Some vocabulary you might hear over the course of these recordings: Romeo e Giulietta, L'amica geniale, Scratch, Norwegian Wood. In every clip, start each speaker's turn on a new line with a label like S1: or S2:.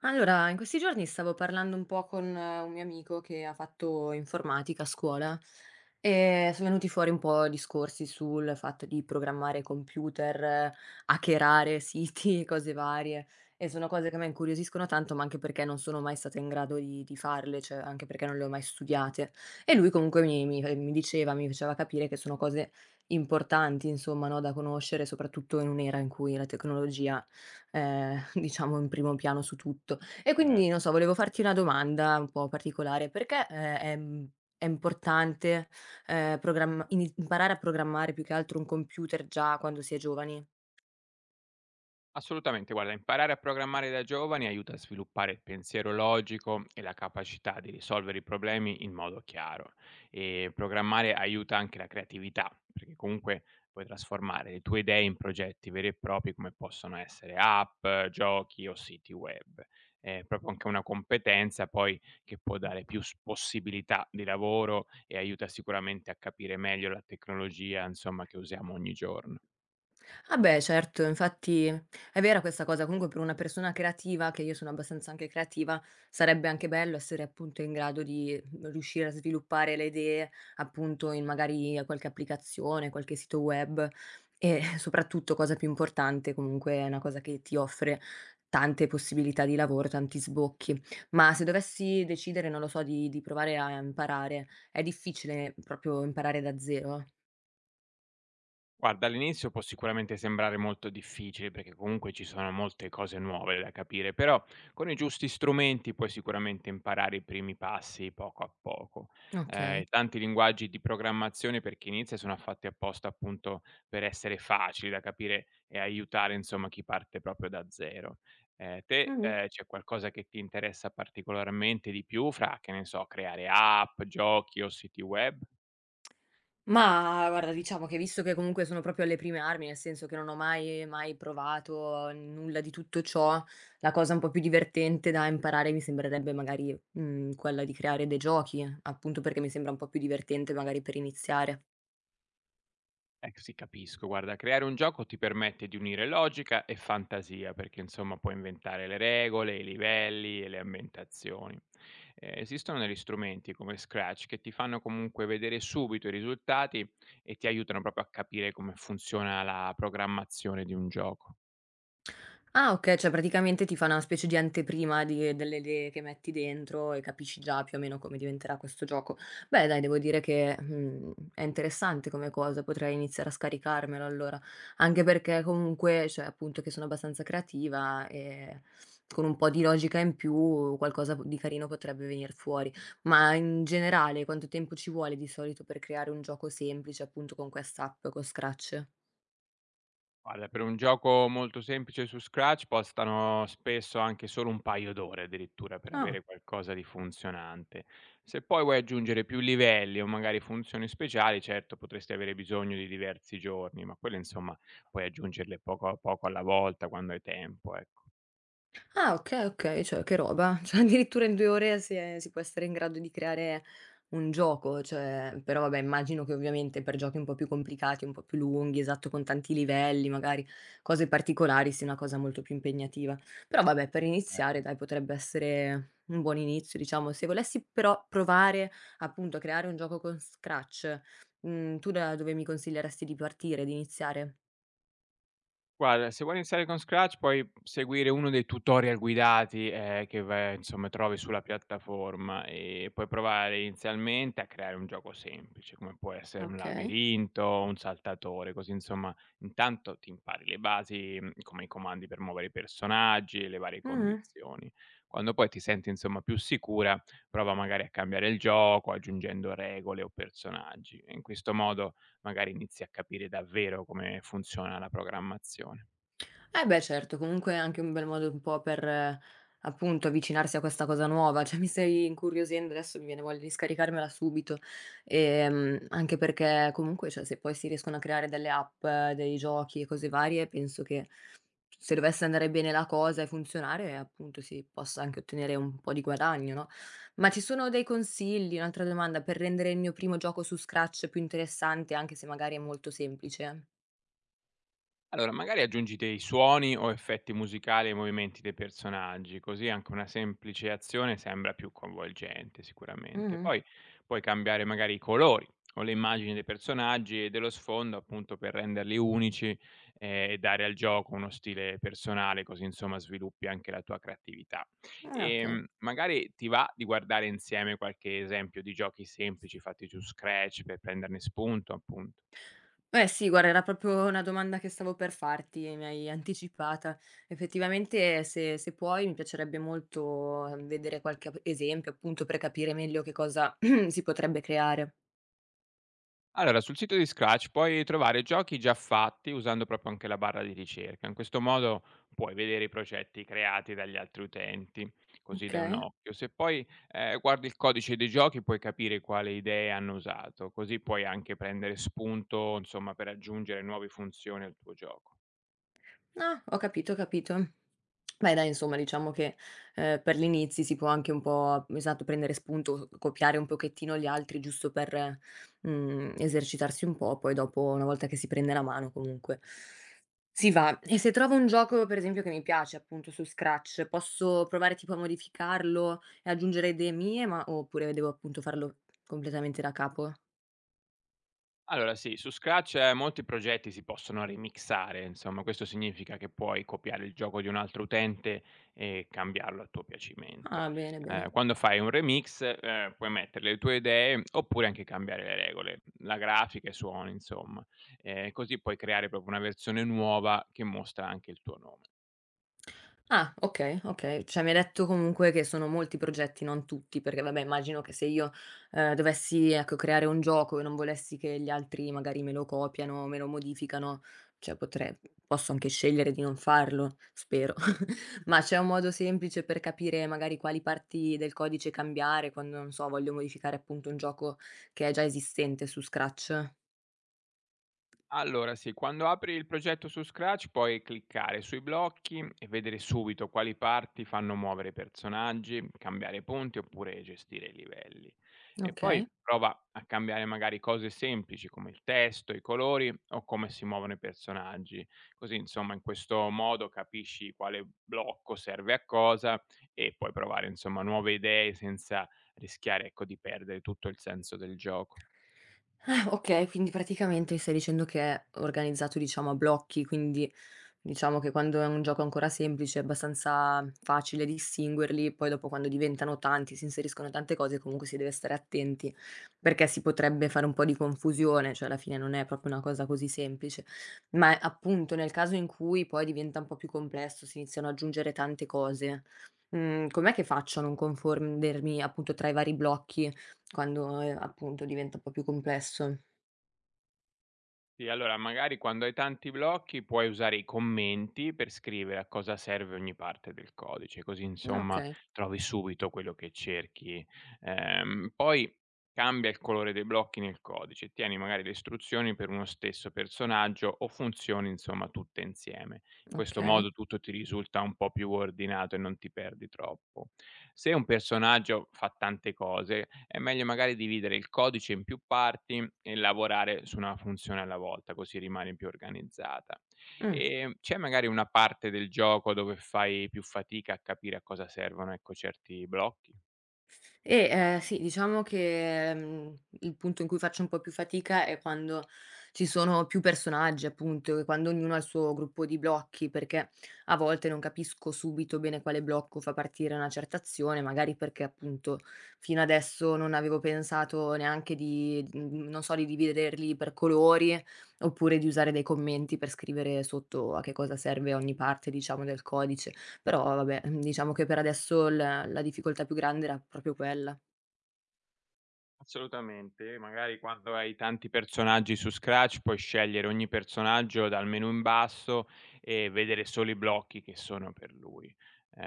S1: Allora, in questi giorni stavo parlando un po' con un mio amico che ha fatto informatica a scuola e sono venuti fuori un po' discorsi sul fatto di programmare computer, hackerare siti, cose varie. E sono cose che a me incuriosiscono tanto, ma anche perché non sono mai stata in grado di farle, cioè anche perché non le ho mai studiate. E lui comunque mi diceva, mi faceva capire che sono cose importanti, insomma, no, da conoscere, soprattutto in un'era in cui la tecnologia diciamo in primo piano su tutto. E quindi, non
S2: Certo.
S1: so, volevo farti una domanda un po' particolare: perché, è importante, programm ini imparare a programmare più che altro un computer già quando si è giovani?
S2: Assolutamente, guarda, imparare a programmare da giovani aiuta a sviluppare il pensiero logico e la capacità di risolvere i problemi in modo chiaro. E programmare aiuta anche la creatività, perché comunque puoi trasformare le tue idee in progetti veri e propri come possono essere app, giochi o siti web. È proprio anche una competenza poi che può dare possibilità di lavoro e aiuta sicuramente a capire meglio la tecnologia, insomma, che usiamo ogni giorno.
S1: Ah beh, certo, infatti è vera questa cosa, comunque per una persona creativa, che io sono abbastanza anche creativa, sarebbe anche bello essere appunto in grado di riuscire a sviluppare le idee appunto in magari qualche applicazione, qualche sito web e soprattutto, cosa più importante, comunque è una cosa che ti offre tante possibilità di lavoro, tanti sbocchi. Ma se dovessi decidere, non lo so, di provare a imparare, è difficile proprio imparare da zero?
S2: Guarda, all'inizio può sicuramente sembrare molto difficile perché comunque ci sono molte cose nuove da capire, però con i giusti strumenti puoi sicuramente imparare i primi passi poco a poco.
S1: Okay.
S2: Tanti linguaggi di programmazione per chi inizia sono fatti apposta appunto per essere facili da capire e aiutare insomma chi parte proprio da zero. Eh, te
S1: Mh-mh.
S2: eh, c'è qualcosa che ti interessa particolarmente di più fra, che ne so, creare app, giochi o siti web?
S1: Ma guarda, diciamo che visto che comunque sono proprio alle prime armi, nel senso che non ho mai provato nulla di tutto ciò, la cosa un po' più divertente da imparare mi sembrerebbe magari, quella di creare dei giochi, appunto perché mi sembra un po' più divertente magari per iniziare.
S2: Eh sì, capisco. Guarda, creare un gioco ti permette di unire logica e fantasia, perché insomma puoi inventare le regole, i livelli e le ambientazioni. Esistono degli strumenti come Scratch che ti fanno comunque vedere subito i risultati e ti aiutano proprio a capire come funziona la programmazione di un gioco.
S1: Ah okay, cioè praticamente ti fa una specie di anteprima di delle idee che metti dentro e capisci già più o meno come diventerà questo gioco. Beh dai, devo dire che, è interessante come cosa, potrei iniziare a scaricarmelo allora, anche perché comunque, cioè appunto che sono abbastanza creativa e con un po' di logica in più qualcosa p di carino potrebbe venir fuori. Ma in generale quanto tempo ci vuole di solito per creare un gioco semplice, appunto con quest'app, con Scratch?
S2: Guarda, per un gioco molto semplice su Scratch bastano spesso anche solo un paio d'ore addirittura per
S1: Ah.
S2: avere qualcosa di funzionante. Se poi vuoi aggiungere più livelli o magari funzioni speciali, certo potresti avere bisogno di diversi giorni, ma quelle insomma puoi aggiungerle poco a poco alla volta quando hai tempo, ecco.
S1: Ah okay, okay, cioè che roba. Cioè addirittura in 2 ore si può essere in grado di creare un gioco, cioè però vabbè immagino che ovviamente per giochi un po' più complicati, un po' più lunghi, esatto, con tanti livelli, magari cose particolari, sia una cosa molto più impegnativa. Però vabbè per iniziare
S2: Certo.
S1: dai potrebbe essere un buon inizio diciamo. Se volessi però provare appunto a creare un gioco con Scratch, tu da dove mi consiglieresti di partire, di iniziare?
S2: Guarda, se vuoi iniziare con Scratch puoi seguire uno dei tutorial guidati, che va insomma trovi sulla piattaforma e puoi provare inizialmente a creare un gioco semplice, come può essere un
S1: Okay.
S2: labirinto, un saltatore, così insomma intanto ti impari le basi, mhmm, come i comandi per muovere i personaggi e le varie
S1: Mh-mh.
S2: condizioni. Quando poi ti senti insomma più sicura, prova magari a cambiare il gioco aggiungendo regole o personaggi e in questo modo magari inizi a capire davvero come funziona la programmazione.
S1: Eh beh certo, comunque è anche un bel modo un po' per, appunto, avvicinarsi a questa cosa nuova, cioè mi stai incuriosendo, adesso mi viene voglia di scaricarmela subito. Anche perché comunque, cioè, se poi si riescono a creare delle app, dei giochi e cose varie, penso che se dovesse andare bene la cosa e funzionare, appunto, si possa anche ottenere un po' di guadagno, no. Ma ci sono dei consigli, un'altra domanda, per rendere il mio primo gioco su Scratch più interessante, anche se magari è molto semplice?
S2: Allora, magari aggiungi dei suoni o effetti musicali ai movimenti dei personaggi, così anche una semplice azione sembra più coinvolgente sicuramente.
S1: Mh-mh.
S2: Poi puoi cambiare magari i colori o le immagini dei personaggi e dello sfondo appunto per renderli unici e dare al gioco uno stile personale, così insomma sviluppi anche la tua creatività.
S1: Ah,
S2: E
S1: okay.
S2: magari ti va di guardare insieme qualche esempio di giochi semplici fatti su Scratch per prenderne spunto appunto.
S1: Eh sì, guarda, era proprio una domanda che stavo per farti e mi hai anticipata. Effettivamente, se puoi, mi piacerebbe molto vedere esempio, appunto, per capire meglio che cosa si potrebbe creare.
S2: Allora, sul sito di Scratch puoi trovare giochi già fatti usando proprio anche la barra di ricerca. In questo modo puoi vedere i progetti creati dagli altri utenti, così
S1: Ok?
S2: dai un occhio. Se poi guardi il codice dei giochi puoi capire quale idee hanno usato, così puoi anche prendere spunto, insomma, per aggiungere nuove funzioni al tuo gioco.
S1: Ah, ho capito, ho capito. Beh, dai, insomma, diciamo che per gli inizi si può anche un po', esatto, prendere spunto, copiare un pochettino gli altri, giusto per esercitarsi un po', poi dopo, una volta che si prende la mano, comunque. Si va. E se trovo un gioco, per esempio, che mi piace, appunto, su Scratch, posso provare tipo a modificarlo e aggiungere idee mie, oppure devo appunto farlo completamente da capo?
S2: Allora sì, su Scratch, molti progetti si possono remixare, insomma, questo significa che puoi copiare il gioco di un altro utente e cambiarlo a tuo piacimento.
S1: Ah, bene, bene.
S2: Quando fai un remix, puoi mettere le tue idee oppure anche cambiare le regole, la grafica, i suoni, insomma. Così puoi creare proprio una versione nuova che mostra anche il tuo nome.
S1: Ah, okay, okay. Cioè mi hai detto comunque che sono molti progetti, non tutti, perché vabbè immagino che se io, dovessi, ecco, creare un gioco e non volessi che gli altri magari me lo copiano, me lo modificano, cioè potre posso anche scegliere di non farlo, spero. Ma c'è un modo semplice per capire magari quali parti del codice cambiare quando, non so, voglio modificare appunto un gioco che è già esistente su Scratch?
S2: Allora sì, quando apri il progetto su Scratch puoi cliccare sui blocchi e vedere subito quali parti fanno muovere i personaggi, cambiare punti oppure gestire i livelli. E poi
S1: Okay.
S2: prova a cambiare magari cose semplici come il testo, i colori o come si muovono i personaggi. Così insomma in questo modo capisci quale blocco serve a cosa e puoi provare insomma nuove idee senza rischiare ecco, di perdere tutto il senso del gioco.
S1: Ah, okay, quindi praticamente mi stai dicendo che è organizzato, diciamo, a blocchi, quindi diciamo che quando è un gioco ancora semplice è abbastanza facile distinguerli, poi dopo quando diventano tanti, si inseriscono tante cose, comunque si deve stare attenti, perché si potrebbe fare un po' di confusione, cioè alla fine non è proprio una cosa così semplice. Ma appunto nel caso in cui poi diventa un po' più complesso, si iniziano ad aggiungere tante cose, com'è che faccio a non confondermi appunto tra i vari blocchi quando, appunto diventa un po' più complesso.
S2: Sì, allora magari quando hai tanti blocchi puoi usare i commenti per scrivere a cosa serve ogni parte del codice, così
S1: Ah
S2: insomma
S1: okay,
S2: trovi subito quello che cerchi. Poi cambia il colore dei blocchi nel codice, tieni magari le istruzioni per uno stesso personaggio o funzioni insomma tutte insieme questo
S1: okay.
S2: modo tutto ti risulta un po' più ordinato e non ti perdi troppo. Se un personaggio fa tante cose, è meglio magari dividere il codice in più parti e lavorare su una funzione alla volta, così rimane più organizzata.
S1: Mh.
S2: E c'è magari una parte del gioco dove fai più fatica a capire a cosa servono, ecco, certi blocchi?
S1: Sì, diciamo che, il punto in cui faccio un po' più fatica è quando ci sono più personaggi, appunto, e quando ognuno ha il suo gruppo di blocchi, perché a volte non capisco subito bene quale blocco fa partire una certa azione, magari perché, appunto, fino adesso non avevo pensato neanche di non so, di dividerli per colori, oppure di usare dei commenti per scrivere sotto a che cosa serve ogni parte, diciamo, del codice. Però vabbè, diciamo che per adesso l la difficoltà più grande era proprio quella.
S2: Assolutamente, magari quando hai tanti personaggi su Scratch puoi scegliere ogni personaggio dal menu in basso e vedere solo i blocchi che sono per lui.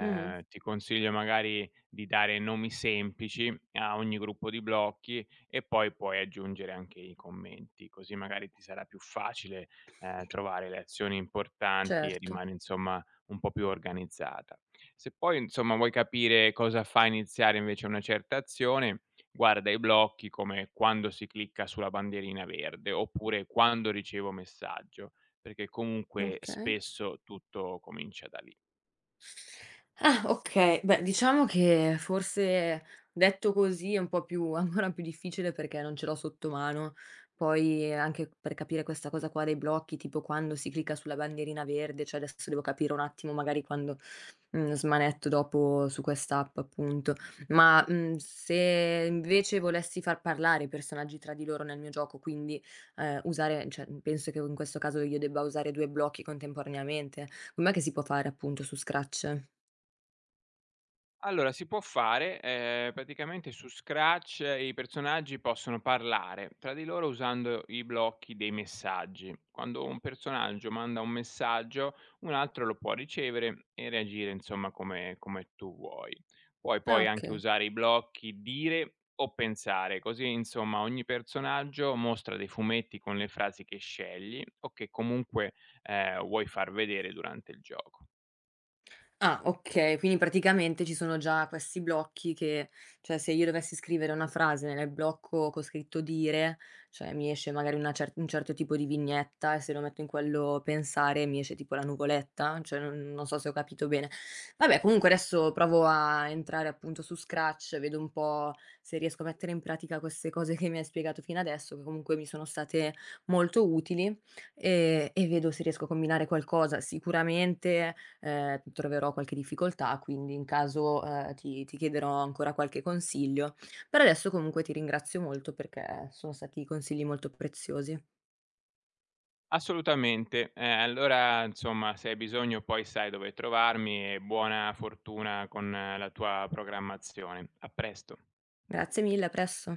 S1: Mh.
S2: Ti consiglio magari di dare nomi semplici a ogni gruppo di blocchi e poi puoi aggiungere anche i commenti, così magari ti sarà più facile, trovare le azioni importanti e
S1: Certo.
S2: rimane insomma un po' più organizzata. Se poi insomma vuoi capire cosa fa iniziare invece una certa azione guarda i blocchi come quando si clicca sulla bandierina verde, oppure quando ricevo messaggio, perché comunque
S1: Okay.
S2: spesso tutto comincia da lì.
S1: Ah, okay. Beh, diciamo che forse detto così è un po' più ancora più difficile perché non ce l'ho sotto mano. Poi anche per capire questa cosa qua dei blocchi, tipo quando si clicca sulla bandierina verde, cioè adesso devo capire un attimo magari quando, smanetto dopo su quest'app appunto. Ma, se invece volessi far parlare i personaggi tra di loro nel mio gioco, quindi, usare cioè penso che in questo caso io debba usare 2 blocchi contemporaneamente. Com'è che si può fare appunto su Scratch?
S2: Allora si può fare, praticamente su Scratch i personaggi possono parlare tra di loro usando i blocchi dei messaggi. Quando un personaggio manda un messaggio, un altro lo può ricevere e reagire insomma come tu vuoi. Puoi
S1: Ah,
S2: poi anche
S1: oka
S2: usare i blocchi dire o pensare, così insomma ogni personaggio mostra dei fumetti con le frasi che scegli o che comunque, vuoi far vedere durante il gioco.
S1: Ah, okay. Quindi praticamente ci sono già questi blocchi che cioè se io dovessi scrivere una frase nel blocco co' scritto "dire", cioè mi esce magari una cer un certo tipo di vignetta e se lo metto in quello "pensare" mi esce tipo la nuvoletta, cioè non so se ho capito bene. Vabbè comunque adesso provo a entrare appunto su Scratch, vedo un po' se riesco a mettere in pratica queste cose che mi hai spiegato fino adesso, che comunque mi sono state molto utili, e vedo se riesco a combinare qualcosa. Sicuramente troverò qualche difficoltà, quindi in caso, ti chiederò ancora qualche consiglio. Per adesso comunque ti ringrazio molto perché sono stati consigli molto preziosi.
S2: Assolutamente. Allora insomma se hai bisogno poi sai dove trovarmi e buona fortuna con la tua programmazione. A presto.
S1: Grazie mille, a presto.